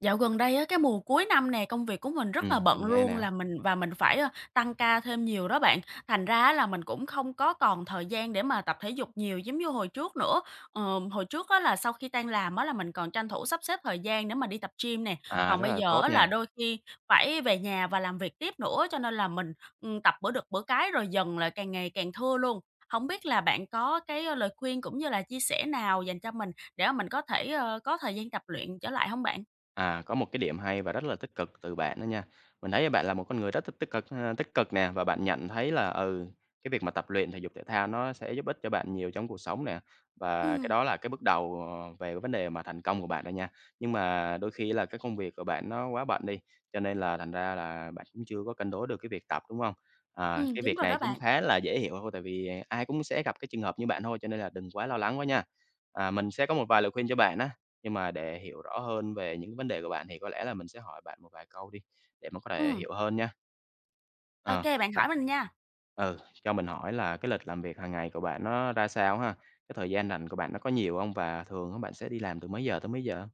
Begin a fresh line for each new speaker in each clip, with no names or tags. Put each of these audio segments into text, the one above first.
Dạo gần đây á, cái mùa cuối năm nè, công việc của mình rất là
Mình
bận
nghe
luôn
nè.
là mình và mình phải, tăng ca thêm nhiều đó bạn. Thành ra á là mình cũng không có còn thời gian để mà tập thể dục nhiều giống như hồi trước nữa. Hồi trước á là sau khi tan làm á là mình còn tranh thủ sắp xếp thời gian để mà đi tập gym nè,
À,
còn
rất
bây
là
giờ
tốt
á
nha.
là đôi khi phải về nhà và làm việc tiếp nữa, cho nên là mình, tập bữa được bữa cái rồi dần là càng ngày càng thưa luôn. Không biết là bạn có cái, lời khuyên cũng như là chia sẻ nào dành cho mình để mà mình có thể, có thời gian tập luyện trở lại không bạn?
À, có một cái điểm hay và rất là tích cực từ bạn đó nha. Mình thấy bạn là một con người rất tích tích cực ha, tích cực nè và bạn nhận thấy là, cái việc mà tập luyện thể dục thể thao nó sẽ giúp ích cho bạn nhiều trong cuộc sống nè, và cái
Ừm,
đó là cái bước đầu, về cái vấn đề mà thành công của bạn đó nha. Nhưng mà đôi khi là cái công việc của bạn nó quá bận đi, cho nên là thành ra là bạn cũng chưa có cân đối được cái việc tập, đúng không? À, cái
đúng
việc
rồi
này
đó
cũng
bạn.
khá là dễ hiểu thôi, tại vì ai cũng sẽ gặp cái trường hợp như bạn thôi, cho nên là đừng quá lo lắng quá nha. À, mình sẽ có một vài lời khuyên cho bạn á, nhưng mà để hiểu rõ hơn về những vấn đề của bạn thì có lẽ là mình sẽ hỏi bạn một vài câu đi, để mà có thể
Ừm,
hiểu hơn nha.
Ô
Ờ,
kê, bạn
bạn
hỏi mình nha.
cho mình hỏi là cái lịch làm việc hàng ngày của bạn nó ra sao ha? Cái thời gian rảnh của bạn nó có nhiều không, và thường á bạn sẽ đi làm từ mấy giờ tới mấy giờ?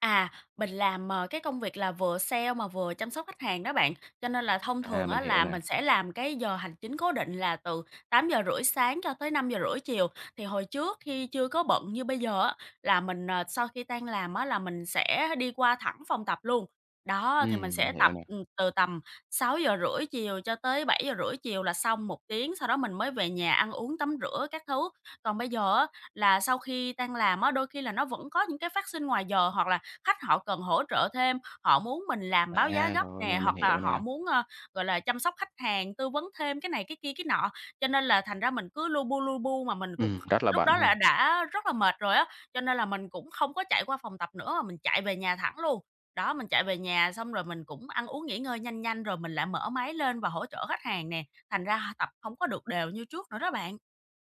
À, mình làm, cái công việc là vừa sale mà vừa chăm sóc khách hàng đó bạn, cho nên là thông
À,
thường
mình
á
hiểu
là
nè.
mình sẽ làm cái giờ hành chính cố định là từ 8:30 sáng cho tới 5:30 chiều. Thì hồi trước khi chưa có bận như bây giờ á, là mình, sau khi tan làm á là mình sẽ đi qua thẳng phòng tập luôn. Đó, thì mình
Mình
sẽ
hiểu
tập,
nè.
từ tầm 6:30 chiều cho tới 7:30 chiều là xong một tiếng, sau đó mình mới về nhà ăn uống, tắm rửa các thứ. Còn bây giờ á là sau khi tan làm á, đôi khi là nó vẫn có những cái phát sinh ngoài giờ hoặc là khách họ cần hỗ trợ thêm, họ muốn mình làm báo giá
À,
gấp
rồi
nè,
nè, mình
hoặc là
hiểu
họ
nè.
muốn, gọi là, chăm sóc khách hàng, tư vấn thêm cái này, cái kia, cái nọ. Cho nên là thành ra mình cứ lu bu mà mình cũng
Rất là
lúc
bận
đó
ha.
là đã rất là mệt rồi á, cho nên là mình cũng không có chạy qua phòng tập nữa mà mình chạy về nhà thẳng luôn. Đó, mình chạy về nhà xong rồi mình cũng ăn uống nghỉ ngơi nhanh nhanh rồi mình lại mở máy lên và hỗ trợ khách hàng nè, thành ra tập không có được đều như trước nữa đó bạn.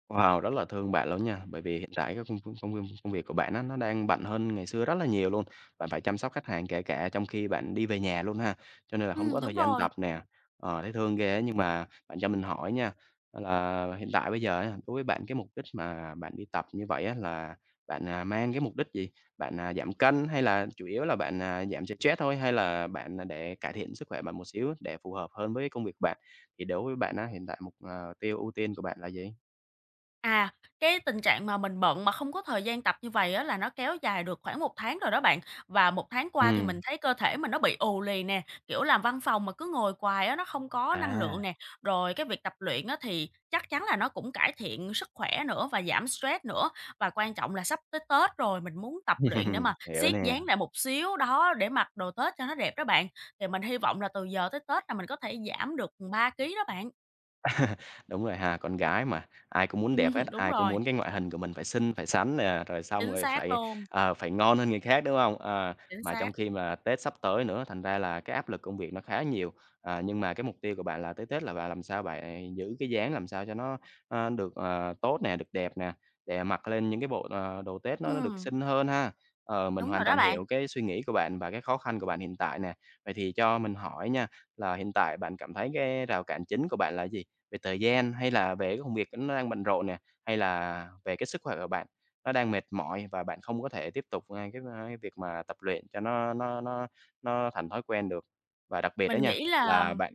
Wow, rất là thương bạn luôn nha, bởi vì hiện tại cái công công công việc của bạn á, nó đang bận hơn ngày xưa rất là nhiều luôn. Bạn phải chăm sóc khách hàng kể cả trong khi bạn đi về nhà luôn ha, cho nên là không có
Đúng
thời gian
rồi.
tập nè. Ờ, thấy thương ghê á, nhưng mà bạn cho mình hỏi nha, là hiện tại bây giờ á, đối với bạn cái mục đích mà bạn đi tập như vậy á, là bạn, mang cái mục đích gì? Bạn, giảm cân hay là chủ yếu là bạn, giảm stress thôi? Hay là bạn, để cải thiện sức khỏe bạn một xíu để phù hợp hơn với công việc của bạn? Thì đối với bạn á, hiện tại mục tiêu ưu tiên của bạn là gì?
À, cái tình trạng mà mình bận mà không có thời gian tập như vậy á là nó kéo dài được khoảng một tháng rồi đó bạn. Và một tháng qua thì mình
Ừm.
thấy cơ thể mình nó bị ù lì nè, kiểu, làm văn phòng mà cứ ngồi hoài á, nó không có năng
À,
lượng nè. Rồi cái việc tập luyện á thì chắc chắn là nó cũng cải thiện sức khỏe nữa và giảm stress nữa. Và quan trọng là sắp tới Tết rồi, mình muốn tập luyện để mà
hiểu
siết
nè.
dáng lại một xíu, đó, để mặc đồ Tết cho nó đẹp đó bạn. Thì mình hy vọng là từ giờ tới Tết là mình có thể giảm được 3 ký đó bạn.
Đúng rồi ha, con gái mà, ai cũng muốn đẹp hết,
Đúng
ai cũng
rồi,
muốn cái ngoại hình của mình phải xinh, phải sánh nè, rồi xong
chính
rồi
xác
phải,
luôn,
phải ngon hơn người khác, đúng không? Ờ,
chính
mà trong
xác.
khi mà Tết sắp tới nữa, thành ra là cái áp lực công việc nó khá nhiều. À, nhưng mà cái mục tiêu của bạn là tới Tết là bạn làm sao bạn giữ cái dáng làm sao cho nó, được, tốt nè, được đẹp nè, để mặc lên những cái bộ, đồ Tết nó được
Ừm,
xinh hơn ha. Ờ, mình
đúng
hoàn
rồi đó
toàn
bạn.
hiểu cái suy nghĩ của bạn và cái khó khăn của bạn hiện tại nè. Vậy thì cho mình hỏi nha, là hiện tại bạn cảm thấy cái rào cản chính của bạn là gì? Về thời gian hay là về cái công việc nó đang bận rộn nè, hay là về cái sức khỏe của bạn nó đang mệt mỏi và bạn không có thể tiếp tục, cái việc mà tập luyện cho nó thành thói quen được. Và đặc biệt á
Mình
nha,
nghĩ là
là bạn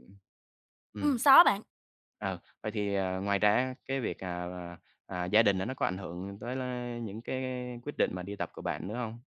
ừm.
sao á bạn?
Ờ, vậy thì, ngoài ra cái việc, gia đình á, nó có ảnh hưởng tới là những cái quyết định mà đi tập của bạn nữa không?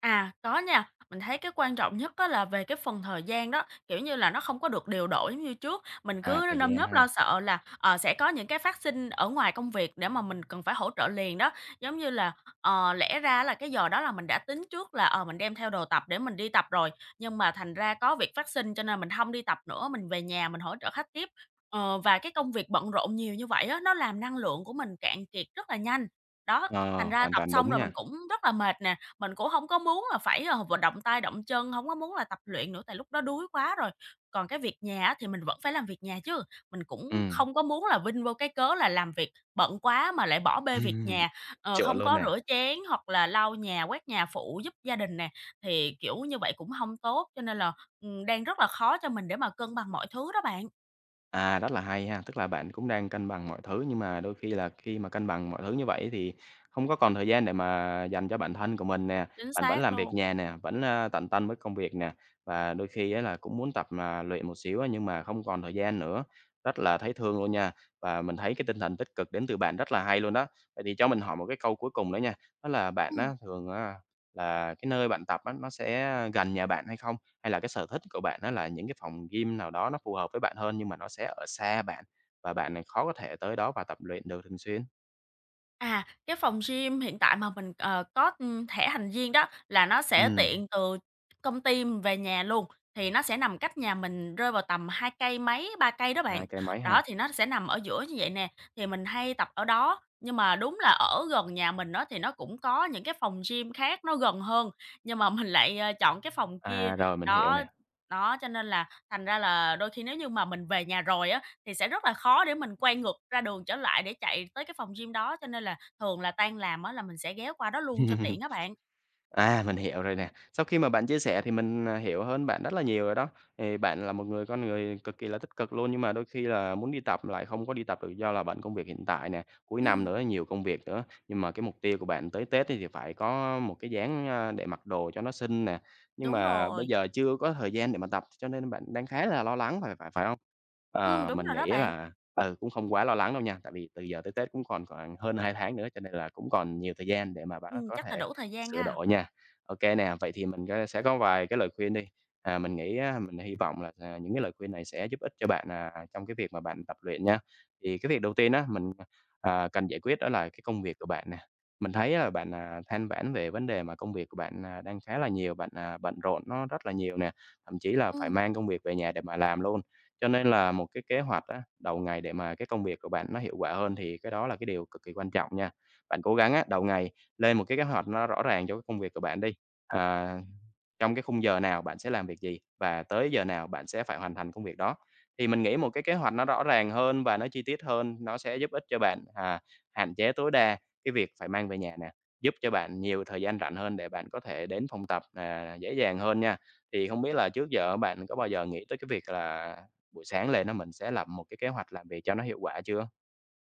À, có nha. Mình thấy cái quan trọng nhất đó là về cái phần thời gian đó, kiểu như là, nó không có được điều độ giống như trước. Mình
À,
cứ
thời
nơm
gian
nớp
ha.
lo sợ là, sẽ có những cái phát sinh ở ngoài công việc để mà mình cần phải hỗ trợ liền đó. Giống như là, lẽ ra là cái giờ đó là mình đã tính trước là, mình đem theo đồ tập để mình đi tập rồi, nhưng mà thành ra có việc phát sinh cho nên mình không đi tập nữa, mình về nhà mình hỗ trợ khách tiếp. Và cái công việc bận rộn nhiều như vậy á, nó làm năng lượng của mình cạn kiệt rất là nhanh. Đó, thành
Ờ,
ra
hoàn
tập
toàn
xong
đúng
rồi mình
nha.
cũng rất là mệt nè, mình cũng không có muốn là phải, vận động tay động chân, không có muốn là tập luyện nữa tại lúc đó đuối quá rồi. Còn cái việc nhà á thì mình vẫn phải làm việc nhà chứ, mình cũng
Ừm.
không có muốn là vin vô cái cớ là làm việc bận quá mà lại bỏ bê việc nhà,
Chuẩn
không
luôn
có
nè.
rửa chén hoặc là lau nhà, quét nhà phụ giúp gia đình nè, thì, kiểu, như vậy cũng không tốt, cho nên là, đang rất là khó cho mình để mà cân bằng mọi thứ đó bạn.
À, rất là hay ha, tức là bạn cũng đang cân bằng mọi thứ, nhưng mà đôi khi là khi mà cân bằng mọi thứ như vậy thì không có còn thời gian để mà dành cho bản thân của mình nè,
Chính
bạn vẫn
xác
làm việc
luôn.
nhà nè, vẫn, tận tâm với công việc nè, và đôi khi á là cũng muốn tập, luyện một xíu á, nhưng mà không còn thời gian nữa. Rất là thấy thương luôn nha, và mình thấy cái tinh thần tích cực đến từ bạn rất là hay luôn đó. Vậy thì cho mình hỏi một cái câu cuối cùng nữa nha, đó là bạn á,
Ừm.
thường á là cái nơi bạn tập á, nó sẽ gần nhà bạn hay không? Hay là cái sở thích của bạn nó là những cái phòng gym nào đó nó phù hợp với bạn hơn nhưng mà nó sẽ ở xa bạn và bạn này khó có thể tới đó và tập luyện được thường xuyên?
À, cái phòng gym hiện tại mà mình, có, thẻ thành viên đó là nó sẽ
Ừm,
tiện từ công ty về nhà luôn, thì nó sẽ nằm cách nhà mình rơi vào tầm 2 cây mấy, 3 cây đó bạn.
2 cái máy ha.
Đó, thì nó sẽ nằm ở giữa như vậy nè, thì mình hay tập ở đó. Nhưng mà đúng là ở gần nhà mình đó thì nó cũng có những cái phòng gym khác nó gần hơn, nhưng mà mình lại, chọn cái phòng kia.
À, rồi, mình hiểu
Đó,
nè.
đó, cho nên là thành ra là đôi khi nếu như mà mình về nhà rồi á thì sẽ rất là khó để mình quay ngược ra đường trở lại để chạy tới cái phòng gym đó, cho nên là thường là tan làm á là mình sẽ ghé qua đó luôn cho tiện á bạn.
À, mình hiểu rồi nè. Sau khi mà bạn chia sẻ thì mình, hiểu hơn bạn rất là nhiều rồi đó. Thì bạn là một người con người cực kỳ là tích cực luôn, nhưng mà đôi khi là muốn đi tập lại không có đi tập được do là bận công việc hiện tại nè, cuối năm
Ừm,
nữa nhiều công việc nữa. Nhưng mà cái mục tiêu của bạn tới Tết thì phải có một cái dáng, để mặc đồ cho nó xinh nè, nhưng
đúng
mà bây
rồi.
giờ chưa có thời gian để mà tập, cho nên bạn đang khá là lo lắng, phải phải phải không? Ờ,
Đúng
mình
rồi đó
nghĩ
bạn.
là, cũng không quá lo lắng đâu nha, tại vì từ giờ tới Tết cũng còn khoảng hơn 2 tháng nữa, cho nên là cũng còn nhiều thời gian để mà bạn có
Chắc là
thể
đủ thời gian
sửa
ha.
đổi nha. Ok nè, vậy thì mình sẽ có vài cái lời khuyên đi. À, mình nghĩ á, mình hy vọng là, những cái lời khuyên này sẽ giúp ích cho bạn, trong cái việc mà bạn tập luyện nha. Thì cái việc đầu tiên á, mình cần giải quyết đó là cái công việc của bạn nè. Mình thấy là bạn, than vãn về vấn đề mà công việc của bạn, đang khá là nhiều, bạn, bận rộn nó rất là nhiều nè, thậm chí là phải
Ừm.
mang công việc về nhà để mà làm luôn. Cho nên là một cái kế hoạch á, đầu ngày để mà cái công việc của bạn nó hiệu quả hơn thì cái đó là cái điều cực kỳ quan trọng nha. Bạn cố gắng á, đầu ngày lên một cái kế hoạch nó rõ ràng cho cái công việc của bạn đi. À, trong cái khung giờ nào bạn sẽ làm việc gì và tới giờ nào bạn sẽ phải hoàn thành công việc đó. Thì mình nghĩ một cái kế hoạch nó rõ ràng hơn và nó chi tiết hơn, nó sẽ giúp ích cho bạn, hạn chế tối đa cái việc phải mang về nhà nè, giúp cho bạn nhiều thời gian rảnh hơn để bạn có thể đến phòng tập, dễ dàng hơn nha. Thì không biết là trước giờ bạn có bao giờ nghĩ tới cái việc là buổi sáng lên nó mình sẽ lập một cái kế hoạch làm việc cho nó hiệu quả chưa?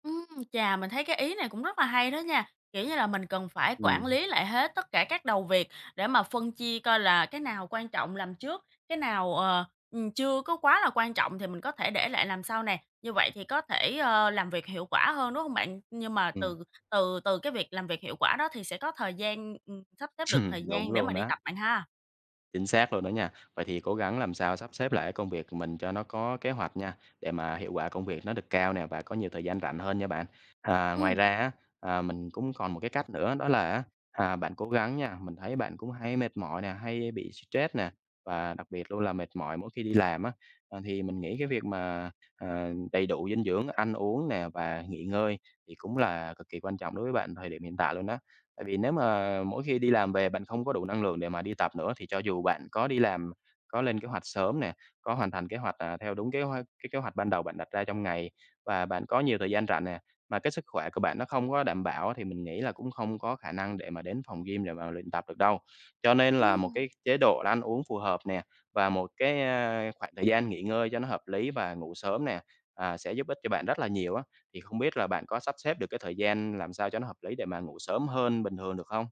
Ừm, Chà, mình thấy cái ý này cũng rất là hay đó nha. Kiểu như là mình cần phải quản
Ừm,
lý lại hết tất cả các đầu việc để mà phân chia coi là cái nào quan trọng làm trước, cái nào, chưa có quá là quan trọng thì mình có thể để lại làm sau nè. Như vậy thì có thể, làm việc hiệu quả hơn, đúng không bạn? Nhưng mà
ừm,
từ từ từ cái việc làm việc hiệu quả đó thì sẽ có thời gian, sắp xếp được thời
đúng
gian để
luôn
mà đi
đó.
tập bạn ha.
Chính xác luôn đó nha. Vậy thì cố gắng làm sao sắp xếp lại công việc của mình cho nó có kế hoạch nha, để mà hiệu quả công việc nó được cao nè và có nhiều thời gian rảnh hơn nha bạn. À, ngoài
Ừm,
ra á, mình cũng còn một cái cách nữa đó là á, bạn cố gắng nha, mình thấy bạn cũng hay mệt mỏi nè, hay bị stress nè và đặc biệt luôn là mệt mỏi mỗi khi đi làm á. À, thì mình nghĩ cái việc mà, đầy đủ dinh dưỡng, ăn uống nè và nghỉ ngơi thì cũng là cực kỳ quan trọng đối với bạn thời điểm hiện tại luôn á. Tại vì nếu mà mỗi khi đi làm về bạn không có đủ năng lượng để mà đi tập nữa, thì cho dù bạn có đi làm, có lên kế hoạch sớm nè, có hoàn thành kế hoạch, à, theo đúng kế hoạch cái kế hoạch ban đầu bạn đặt ra trong ngày và bạn có nhiều thời gian rảnh nè, mà cái sức khỏe của bạn nó không có đảm bảo thì mình nghĩ là cũng không có khả năng để mà đến phòng gym để mà luyện tập được đâu. Cho nên là một
ừm.
cái chế độ ăn uống phù hợp nè, và một cái, khoảng thời gian nghỉ ngơi cho nó hợp lý và ngủ sớm nè, sẽ giúp ích cho bạn rất là nhiều á. Thì không biết là bạn có sắp xếp được cái thời gian làm sao cho nó hợp lý để mà ngủ sớm hơn bình thường được không?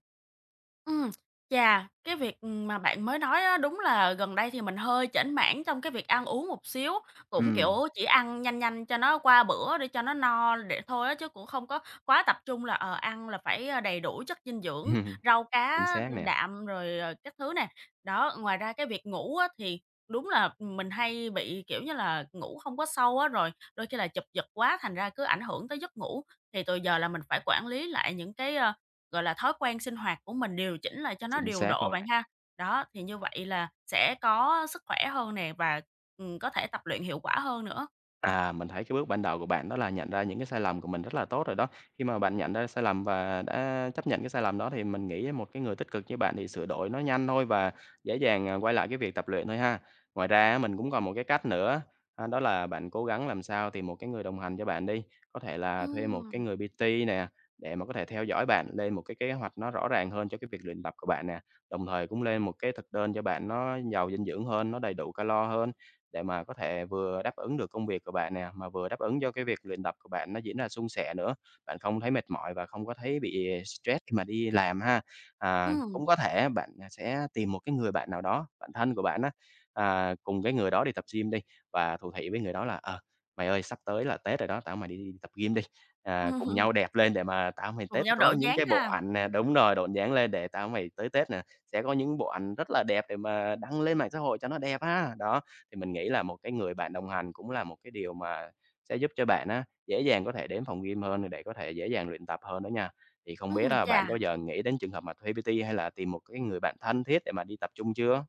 Ừm, Chà, cái việc, mà bạn mới nói á, đúng là gần đây thì mình hơi chểnh mảng trong cái việc ăn uống một xíu, cũng,
Ừm,
kiểu, chỉ ăn nhanh nhanh cho nó qua bữa để cho nó no để thôi á, chứ cũng không có quá tập trung là, ăn là phải, đầy đủ chất dinh dưỡng, rau
chính
cá
xác nè,
đạm rồi, các thứ nè. Đó, ngoài ra cái việc ngủ á, thì đúng là, mình hay bị, kiểu như là, ngủ không có sâu á, rồi đôi khi là chụp giật quá thành ra cứ ảnh hưởng tới giấc ngủ. Thì từ giờ là mình phải quản lý lại những cái, gọi là, thói quen sinh hoạt của mình điều chỉnh lại cho nó
chính
điều
xác
độ
luôn.
bạn ha. Đó, thì như vậy là sẽ có sức khỏe hơn nè và, có thể tập luyện hiệu quả hơn nữa.
Mình thấy cái bước ban đầu của bạn đó là nhận ra những cái sai lầm của mình rất là tốt rồi đó. Khi mà bạn nhận ra sai lầm và đã chấp nhận cái sai lầm đó thì mình nghĩ một cái người tích cực như bạn thì sửa đổi nó nhanh thôi và dễ dàng, quay lại cái việc tập luyện thôi ha. Ngoài ra á mình cũng còn một cái cách nữa, đó là bạn cố gắng làm sao tìm một cái người đồng hành cho bạn đi. Có thể là thuê một cái
Ừm,
người PT nè, để mà có thể theo dõi bạn, lên một cái kế hoạch nó rõ ràng hơn cho cái việc luyện tập của bạn nè. Đồng thời cũng lên một cái thực đơn cho bạn nó giàu dinh dưỡng hơn, nó đầy đủ calo hơn để mà có thể vừa đáp ứng được công việc của bạn nè, mà vừa đáp ứng cho cái việc luyện tập của bạn nó diễn ra suôn sẻ nữa. Bạn không thấy mệt mỏi và không có thấy bị stress khi mà đi làm ha.
ừm,
Cũng có thể bạn, sẽ tìm một cái người bạn nào đó, bạn thân của bạn á, cùng cái người đó đi tập gym đi và thủ thỉ với người đó là "Ờ, mày ơi sắp tới là Tết rồi đó, tao mày đi đi tập gym đi,
ừm,
cùng nhau đẹp lên để mà tao mày
cùng
Tết
nhau
có
độ
những
dáng
cái bộ
ha.
ảnh" nè, đúng rồi, độn dáng lên để tao mày tới Tết nè, sẽ có những bộ ảnh rất là đẹp để mà đăng lên mạng xã hội cho nó đẹp ha. Đó, thì mình nghĩ là một cái người bạn đồng hành cũng là một cái điều mà sẽ giúp cho bạn á, dễ dàng có thể đến phòng gym hơn để có thể dễ dàng luyện tập hơn đó nha. Thì không biết là bạn
Chà.
có giờ nghĩ đến trường hợp mà thuê PT hay là tìm một cái người bạn thân thiết để mà đi tập chung chưa?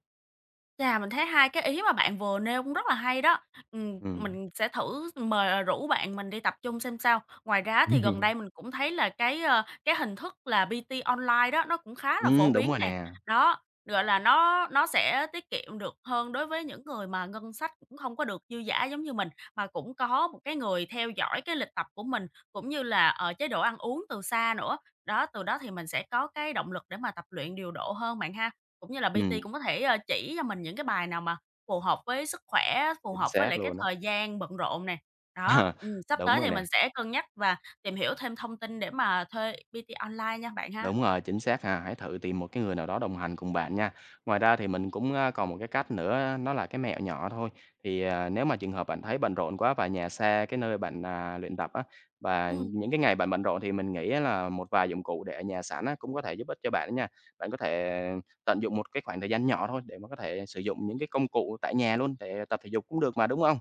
Chà, mình thấy hai cái ý mà bạn vừa nêu cũng rất là hay đó.
Ừm.
Mình sẽ thử mời rủ bạn mình đi tập trung xem sao. Ngoài ra thì gần đây mình cũng thấy là cái hình thức là PT online đó, nó cũng khá là phổ
Đúng
biến
rồi
nè.
nè.
Đó, gọi là, nó sẽ tiết kiệm được hơn đối với những người mà ngân sách cũng không có được dư dả giống như mình, mà cũng có một cái người theo dõi cái lịch tập của mình, cũng như là, ở chế độ ăn uống từ xa nữa. Đó, từ đó thì mình sẽ có cái động lực để mà tập luyện điều độ hơn bạn ha. Cũng như là PT
Ừm,
cũng có thể, chỉ cho mình những cái bài nào mà phù hợp với sức khỏe, phù
chính
hợp với
xác
lại cái
luôn á.
thời gian bận rộn nè. Đó, sắp
Đúng
tới
rồi
thì
nè.
mình sẽ cân nhắc và tìm hiểu thêm thông tin để mà thuê PT online nha bạn ha.
Đúng rồi, chính xác ha. Hãy thử tìm một cái người nào đó đồng hành cùng bạn nha. Ngoài ra thì mình cũng, còn một cái cách nữa, nó là cái mẹo nhỏ thôi. Thì, nếu mà trường hợp bạn thấy bận rộn quá và nhà xa cái nơi bạn, luyện tập á, và
Ừm.
những cái ngày bạn bận rộn thì mình nghĩ á là một vài dụng cụ để ở nhà sẵn á, cũng có thể giúp ích cho bạn đó nha. Bạn có thể tận dụng một cái khoảng thời gian nhỏ thôi để mà có thể sử dụng những cái công cụ tại nhà luôn để tập thể dục cũng được mà, đúng không?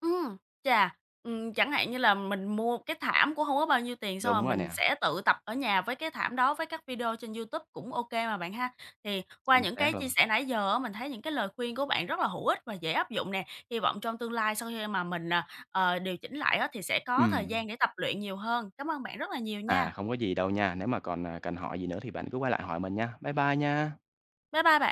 Ừm, Chà, chẳng hạn như là mình mua cái thảm cũng hông có bao nhiêu tiền, xong rồi
Đúng rồi
mình
nè,
sẽ tự tập ở nhà với cái thảm đó, với các video trên YouTube cũng ô kê mà bạn ha. Thì qua
chính
những
xác
cái chia
luôn.
sẻ nãy giờ á, mình thấy những cái lời khuyên của bạn rất là hữu ích và dễ áp dụng nè. Hy vọng trong tương lai sau khi mà mình, điều chỉnh lại á, thì sẽ có thời
Ừm,
gian để tập luyện nhiều hơn. Cảm ơn bạn rất là nhiều nha.
không có gì đâu nha. Nếu mà còn, cần hỏi gì nữa thì bạn cứ quay lại hỏi mình nha. Bye bye nha.
Bye bye bạn.